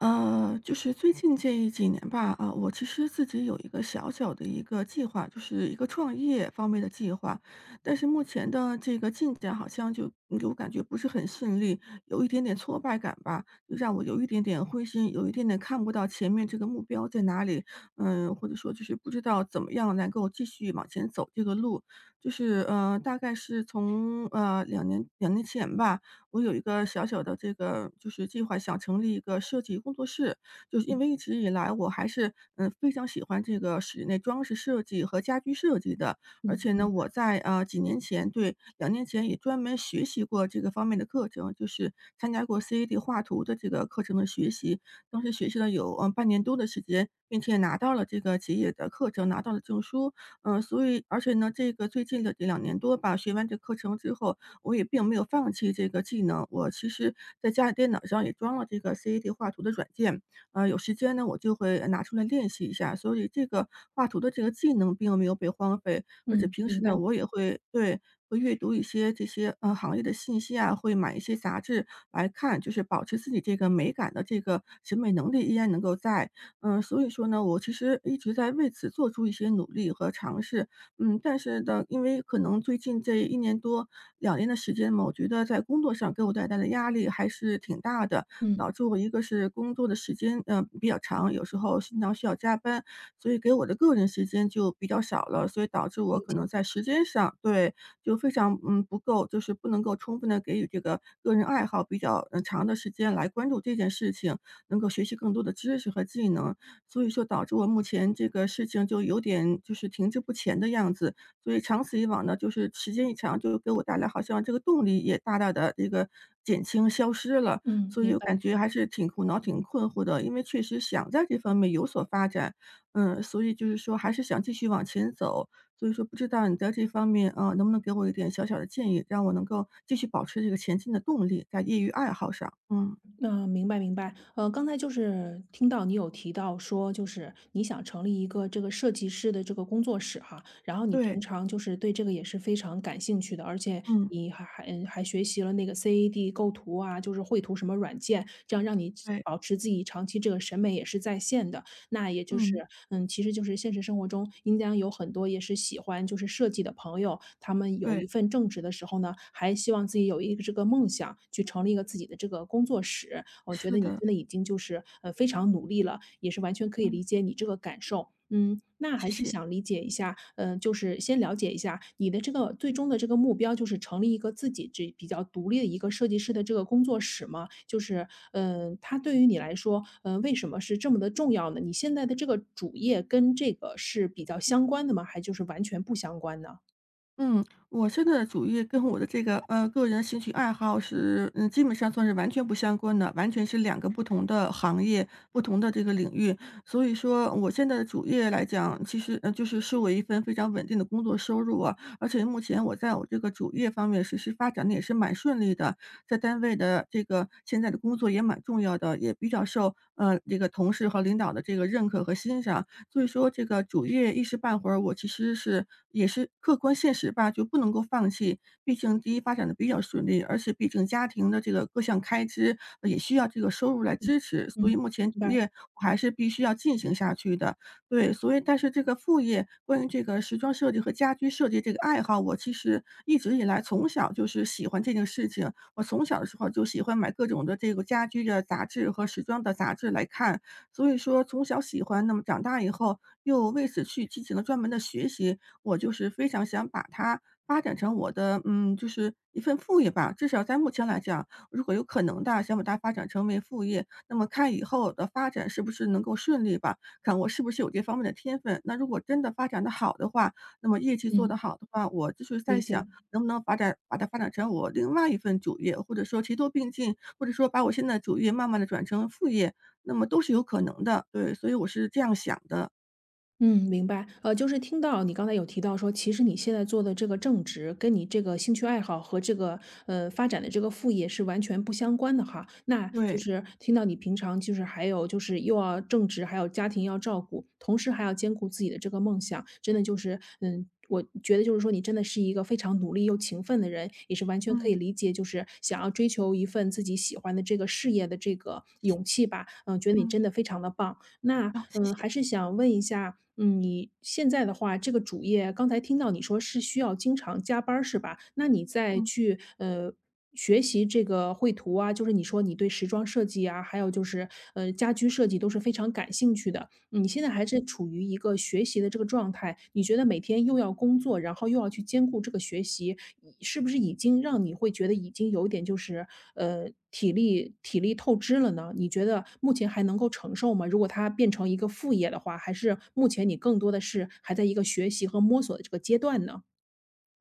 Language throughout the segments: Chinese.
就是最近这几年吧，啊，我其实自己有一个小小的一个计划，就是一个创业方面的计划，但是目前的这个进展好像就给我感觉不是很顺利，有一点点挫败感吧，就让我有一点点灰心，有一点点看不到前面这个目标在哪里，或者说就是不知道怎么样能够继续往前走这个路，就是大概是从两年前吧，我有一个小小的这个就是计划，想成立一个设计工作室。就是因为一直以来我还是非常喜欢这个室内装饰设计和家居设计的，而且呢，嗯我在几年前，对，两年前也专门学习过这个方面的课程，就是参加过 CAD 画图的这个课程的学习。当时学习了有半年多的时间，并且拿到了这个企业的课程，拿到了证书。所以而且呢，这个最近的这两年多吧，学完这课程之后，我也并没有放弃这个技能。我其实在家里电脑上也装了这个 CAD 画图的软件，有时间呢我就会拿出来练习一下，所以这个画图的这个技能并没有被荒废。而且嗯，平明时呢，我也会，对，会阅读一些这些行业的信息啊，会买一些杂志来看，就是保持自己这个美感的这个审美能力依然能够在。所以说呢，我其实一直在为此做出一些努力和尝试，但是呢，因为可能最近这一年多、两年的时间嘛，我觉得在工作上给我带来的压力还是挺大嗯，明白，的，嗯，导致我一个是工作的时间，比较长，有时候经常需要加班，所以给我的个人时间就比较少了，所以导致理我可解，能在时间上，对，就非常，不够，就是不能够充分的给予这个个人爱好比较，长的时间来关注这件事情，能够学习更多的知识和技能。所以说导致我目前这个事情就有点就是停滞不前的样子，所以长此以往呢，就是时间一长，就给我带来好像这个动力也大大的这个减轻、消失了，嗯，所以明我白，感觉还是挺苦恼、挺困惑的。因为确实想在这方面有所发展，所以就是说还是想继续往前走，所以说不知道你在这方面，啊，能不能给我一点小小的建议，让我能够继续保持这个前进的动力，在业余爱好上。嗯，嗯，明白明白。刚才就是听到你有提到说，就是你想成立一个这个设计师的这个工作室哈，然后你平对，常就是对这个也是非常感兴趣的，而且嗯，你还学习了那个 CAD 构图啊，就是绘图什么软件，这样让你对，保持自己长期这个审美也是在线的。那也就是，嗯，其实就是现实生活中应当有很多也是喜欢就是设计的朋友，他们有一对，份正职的时候呢，还希望自己有一个这个梦想，去成立一个自己的这个工作室。我觉得是你的。真的已经就是非常努力了，也是完全可以理嗯，解你这个感受。嗯，那还谢是谢。想理解一下，就是先了解一下你的这个最终的这个目标，就是成立一个自己这比较独立的一个设计师的这个工作室吗？就是，嗯、它对于你来说，为什么是这么的重要呢？你现在的这个主业跟这个是比较相关的吗？还就是完全不相关呢？嗯，我现在的主业跟我的这个个人兴趣爱好是，基本上算是完全不相关的，完全是两个不同的行业、不同的这个领域。所以说，我现在的主业来讲，其实就是是我一份非常稳定的工作收入啊，而且目前我在我这个主业方面其实发展的也是蛮顺利的，在单位的这个现在的工作也蛮重要的，也比较受这个同事和领导的这个认可和欣赏。所以说这个主业一时半会儿，我其实是也是客观现实吧，就不能够放弃。毕竟第一发展的比较顺利，而且毕竟家庭的这个各项开支，也需要这个收入来嗯支持，所嗯，以目明前主白，业我还是必须要进行下去的。对，所以但是这个副业，关于这个时装设计和家居设计这个爱好，我其实一直以来从小就是喜欢这件事情。我从小的时候就喜欢买各种的这个家居的杂志和时装的杂志来看，所以说从小喜欢，那么长大以后又为此去进行了专门的学习，我就是非常想把它发展成我的，就是一份副业吧。至少在目前来讲，如果有可能的，想把它发展成为副业，那么看以后的发展是不是能够顺利吧，看我是不是有这方面的天分。那如果真的发展的好的话，那么业绩做嗯，得好的话，我就是在理解。想能不能发展把它发展成我另外一份主业，或者说齐头并进，或者说把我现在的主业慢慢的转成副业。那么都是有可能的，对，所以我是这样想的，嗯，明白。就是听到你刚才有提到说，其实你现在做的这个正职，跟你这个兴趣爱好和这个发展的这个副业是完全不相关的哈。那就对，是听到你平常就是还有就是又要正职，还有家庭要照顾，同时还要兼顾自己的这个梦想，真的就是嗯。我觉得就是说，你真的是一个非常努力又勤奋的人，也是完全可嗯，以理解，就是想要追求一份自己喜欢的这个事业的这个勇气吧。嗯，觉得你嗯，真的非常的棒。那，好，谢谢，还是想问一下，你现在的话，这个主业刚才听到你说是需要经常加班儿是吧？那你在嗯，去，学习这个绘图啊，就是你说你对时装设计啊，还有就是，家居设计都是非常感兴趣的。你现在还是处于一个学习的这个状态，你觉得每天又要工作，然后又要去兼顾这个学习，你是不是已经让你会觉得已经有一点就是体力透支了呢？你觉得目前还能够承受吗？如果它变成一个副业的话，还是目前你更多的是还在一个学习和摸索的这个阶段呢？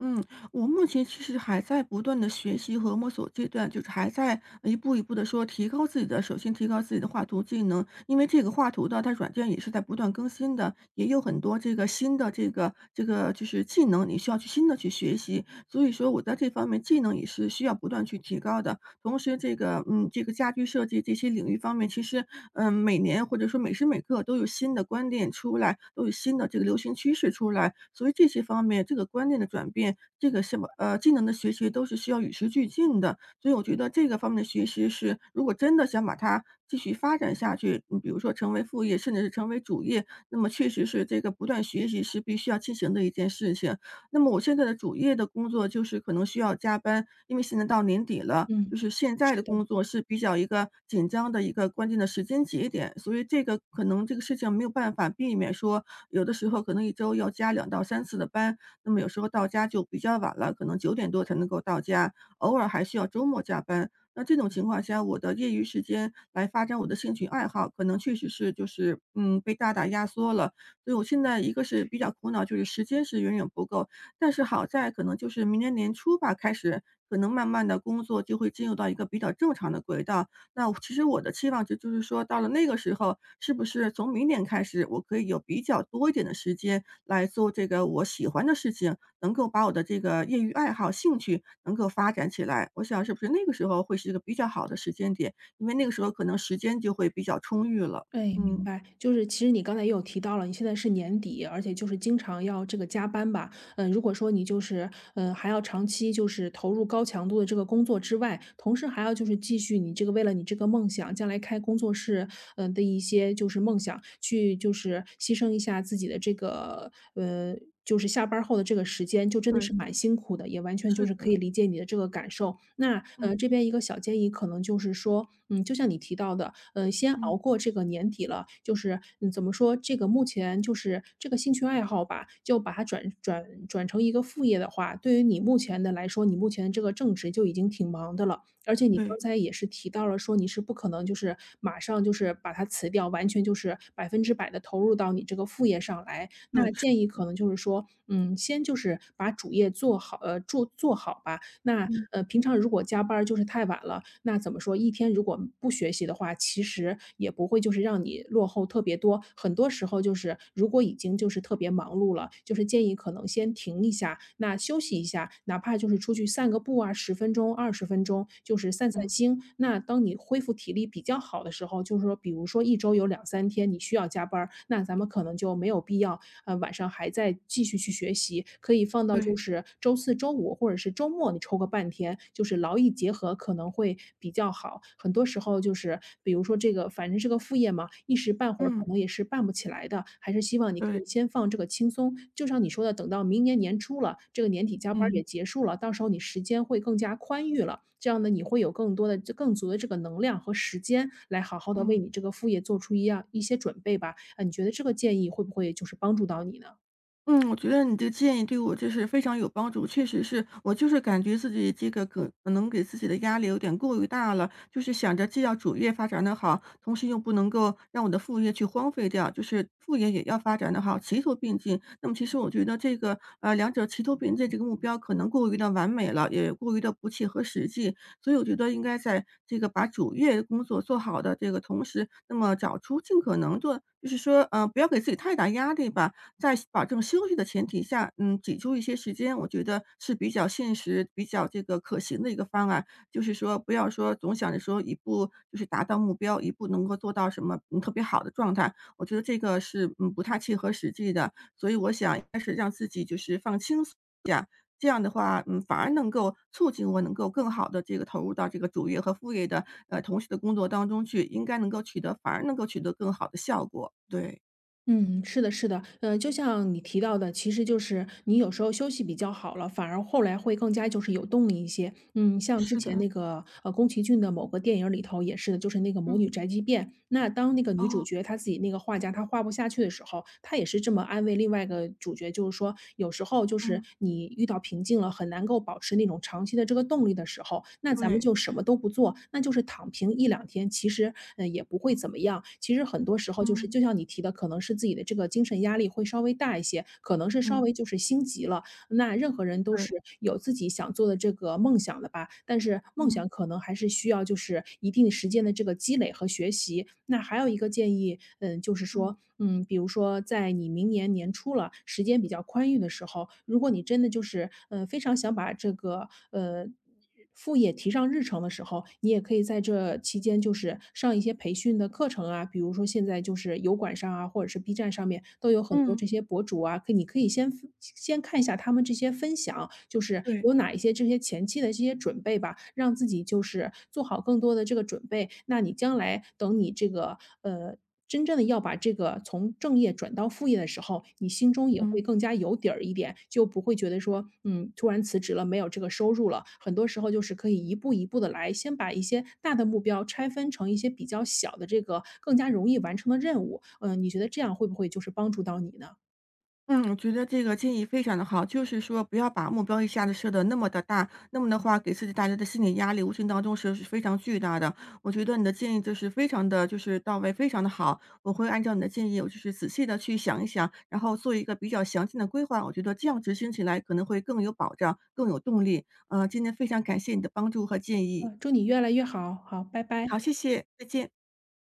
嗯，我目前其实还在不断的学习和摸索阶段，就是还在一步一步的说提高自己的首先提高自己的画图技能，因为这个画图的它软件也是在不断更新的，也有很多这个新的这个就是技能，你需要去新的去学习，所以说我在这方面技能也是需要不断去提高的。同时这个这个家居设计这些领域方面，其实，每年或者说每时每刻都有新的观点出来，都有新的这个流行趋势出来，所以这些方面，这个观念的转变，这个什么技能的学习都是需要与时俱进的。所以我觉得这个方面的学习是，如果真的想把它继续发展下去，你比如说成为副业，甚至是成为主业，那么确实是这个不断学习是必须要进行的一件事情。那么我现在的主业的工作就是可能需要加班，因为现在到年底了，嗯，就是现在是的的。工作是比较一个紧张的一个关键的时间节点，所以这个可能这个事情没有办法避免说，有的时候可能一周要加两到三次的班，那么有时候到家就比较晚了，可能九点多才能够到家，偶尔还需要周末加班。那这种情况下，我的业余时间来发展我的兴趣爱好，可能确实是就是，被大大压缩了。所以我现在一个是比较苦恼，就是时间是远远不够，但是好在可能就是明年年初吧，开始可能慢慢的工作就会进入到一个比较正常的轨道。那我其实我的期望值就是说到了那个时候，是不是从明年开始，我可以有比较多一点的时间来做这个我喜欢的事情，能够把我的这个业余爱好、兴趣能够发展起来。我想是不是那个时候会是一个比较好的时间点，因为那个时候可能时间就会比较充裕了。哎，明嗯，白。就是其实你刚才也有提到了，你现在是年底，而且就是经常要这个加班吧。嗯，如果说你就是，还要长期就是投入高强度的这个工作之外，同时还要就是继续你这个为了你这个梦想，将来开工作室，嗯的一些就是梦想，去就是牺牲一下自己的这个，就是下班后的这个时间，就真的对，是蛮辛苦的，也完全就是。就是是可的，以理解你的这个感受。那,嗯这边一个小建议可能就是说，就像你提到的，先熬嗯，过这个年底了，就是嗯，怎么说，这个目前就是这个兴趣爱好吧，就把它转成一个副业的话，对于你目前的来说，你目前的这个正职就已经挺忙的了。而且你对刚才也是提到了说，你是不可能就是马上就是把它辞掉，完全就是百分之百的投入到你这个副业上来。对，那是，建议可能就是说，先就是把主业做好，做好吧。那嗯呃，平常如果加班儿就是太晚了，那怎么说？一天如果不学习的话，其实也不会就是让你落后特别多。很多时候就是如果已经就是特别忙碌了，就是建议可能先停一下，那休息一下，哪怕就是出去散个步啊，十分钟、二十分钟，就是散散嗯，心。那当你恢复体力比较好的时候，就是说，比如说一周有两三天你需要加班儿，那咱们可能就没有必要晚上还在继续去学习，可以放到就对，是周四周五或者是周末你抽个半天，就是劳逸结合可能会比较好。很多时候就是比如说这个反正是个副业嘛，一时半会儿可嗯。能也是办不起来的，还是希望你可对，以先放这个轻松。就像你说的，等到明年年初了，这个年底加班儿也嗯，结束了，到时候你时间会更加宽裕了，这样呢，你会有更多的更足的这个能量和时间来好好的为嗯。你这个副业做出一样一些准备吧。啊，你觉得这个建议会不会就是帮助到你呢？嗯，我觉得你的建议对我就是非常有帮助。确实是我就是感觉自己这个可能给自己的压力有点过于大了，就是想着既要主业发展的好，同时又不能够让我的副业去荒废掉，就是副业也要发展的好，齐头并进。那么其实我觉得这个两者齐头并进这个目标可能过于的完美了，也过于的不切合实际。所以我觉得应该在这个把主业工作做好的这个同时，那么找出尽可能做，就是说不要给自己太大压力吧。在保证休息的前提下，挤出一些时间，我觉得是比较现实、比较这个可行的一个方案。就是说，不要说总想着说一步就是达到目标，一步能够做到什么特别好的状态，我觉得这个是不太切合实际的。所以我想应该是让自己就是放轻松。这样的话，反而能够促进我能够更好的这个投入到这个主业和副业的同时的工作当中去，应该能够取得，反而能够取得更好的效果。对，嗯，是的，是的，就像你提到的，其实就是你有时候休息比较好了，反而后来会更加就是有动力一些。嗯，像之是前的，那个宫崎骏的某个电影里头也是的，就是那个《魔嗯，女宅急便》，那当那个女主哦，角她自己那个画家她画不下去的时候，她也是这么安慰另外一个主角就是说，有时候就是嗯。你遇到瓶颈了，很难够保持那种长期的这个动力的时候，那咱们对。就什么都不做，那就是躺平一两天，其实，也不会怎么样。其实很多时候就是嗯，就像你提的，可能是自己的这个精神压力会稍微大一些，可能是稍嗯，微就是心急了，那任何人都是对。有自己想做的这个梦想的吧，但是梦嗯，想可能还是需要就是一定时间的这个积累和学习。那还有一个建议，就是嗯，说，比如说在你明年年初了，时间比较宽裕的时候，如果你真的就是，非常想把这个，呃。副业提上日程的时候，你也可以在这期间就是上一些培训的课程啊，比如说现在就是油管上啊，或者是 B 站上面都有很多嗯，这些博主啊，可你可以先看一下他们这些分享，就是对。有哪一些这些前期的这些准备吧，让自己就是做好更多的这个准备。那你将来等你这个呃。真正的要把这个从正业转到副业的时候，你心中也会嗯。更加有底儿一点，就不会觉得说，突然辞职了，没有这个收入了。很多时候就是可以一步一步的来，先把一些大的目标拆分成一些比较小的这个更加容易完成的任务。嗯，你觉得这样会不会就是帮助到你呢？嗯，我觉得这个建议非常的好，就是说不要把目标一下子设的那么的大，那么的话给自己带来的心理压力，无形当中是非常巨大的。我觉得你的建议就是非常的就是到位，非常的好，我会按照你的建议，我就是仔细的去想一想，然后做一个比较详尽的规划，我觉得这样执行起来可能会更有保障、更有动力。今天非常感谢你的帮助和建议，嗯，祝你越来越好，好，拜拜。好，谢谢，再见。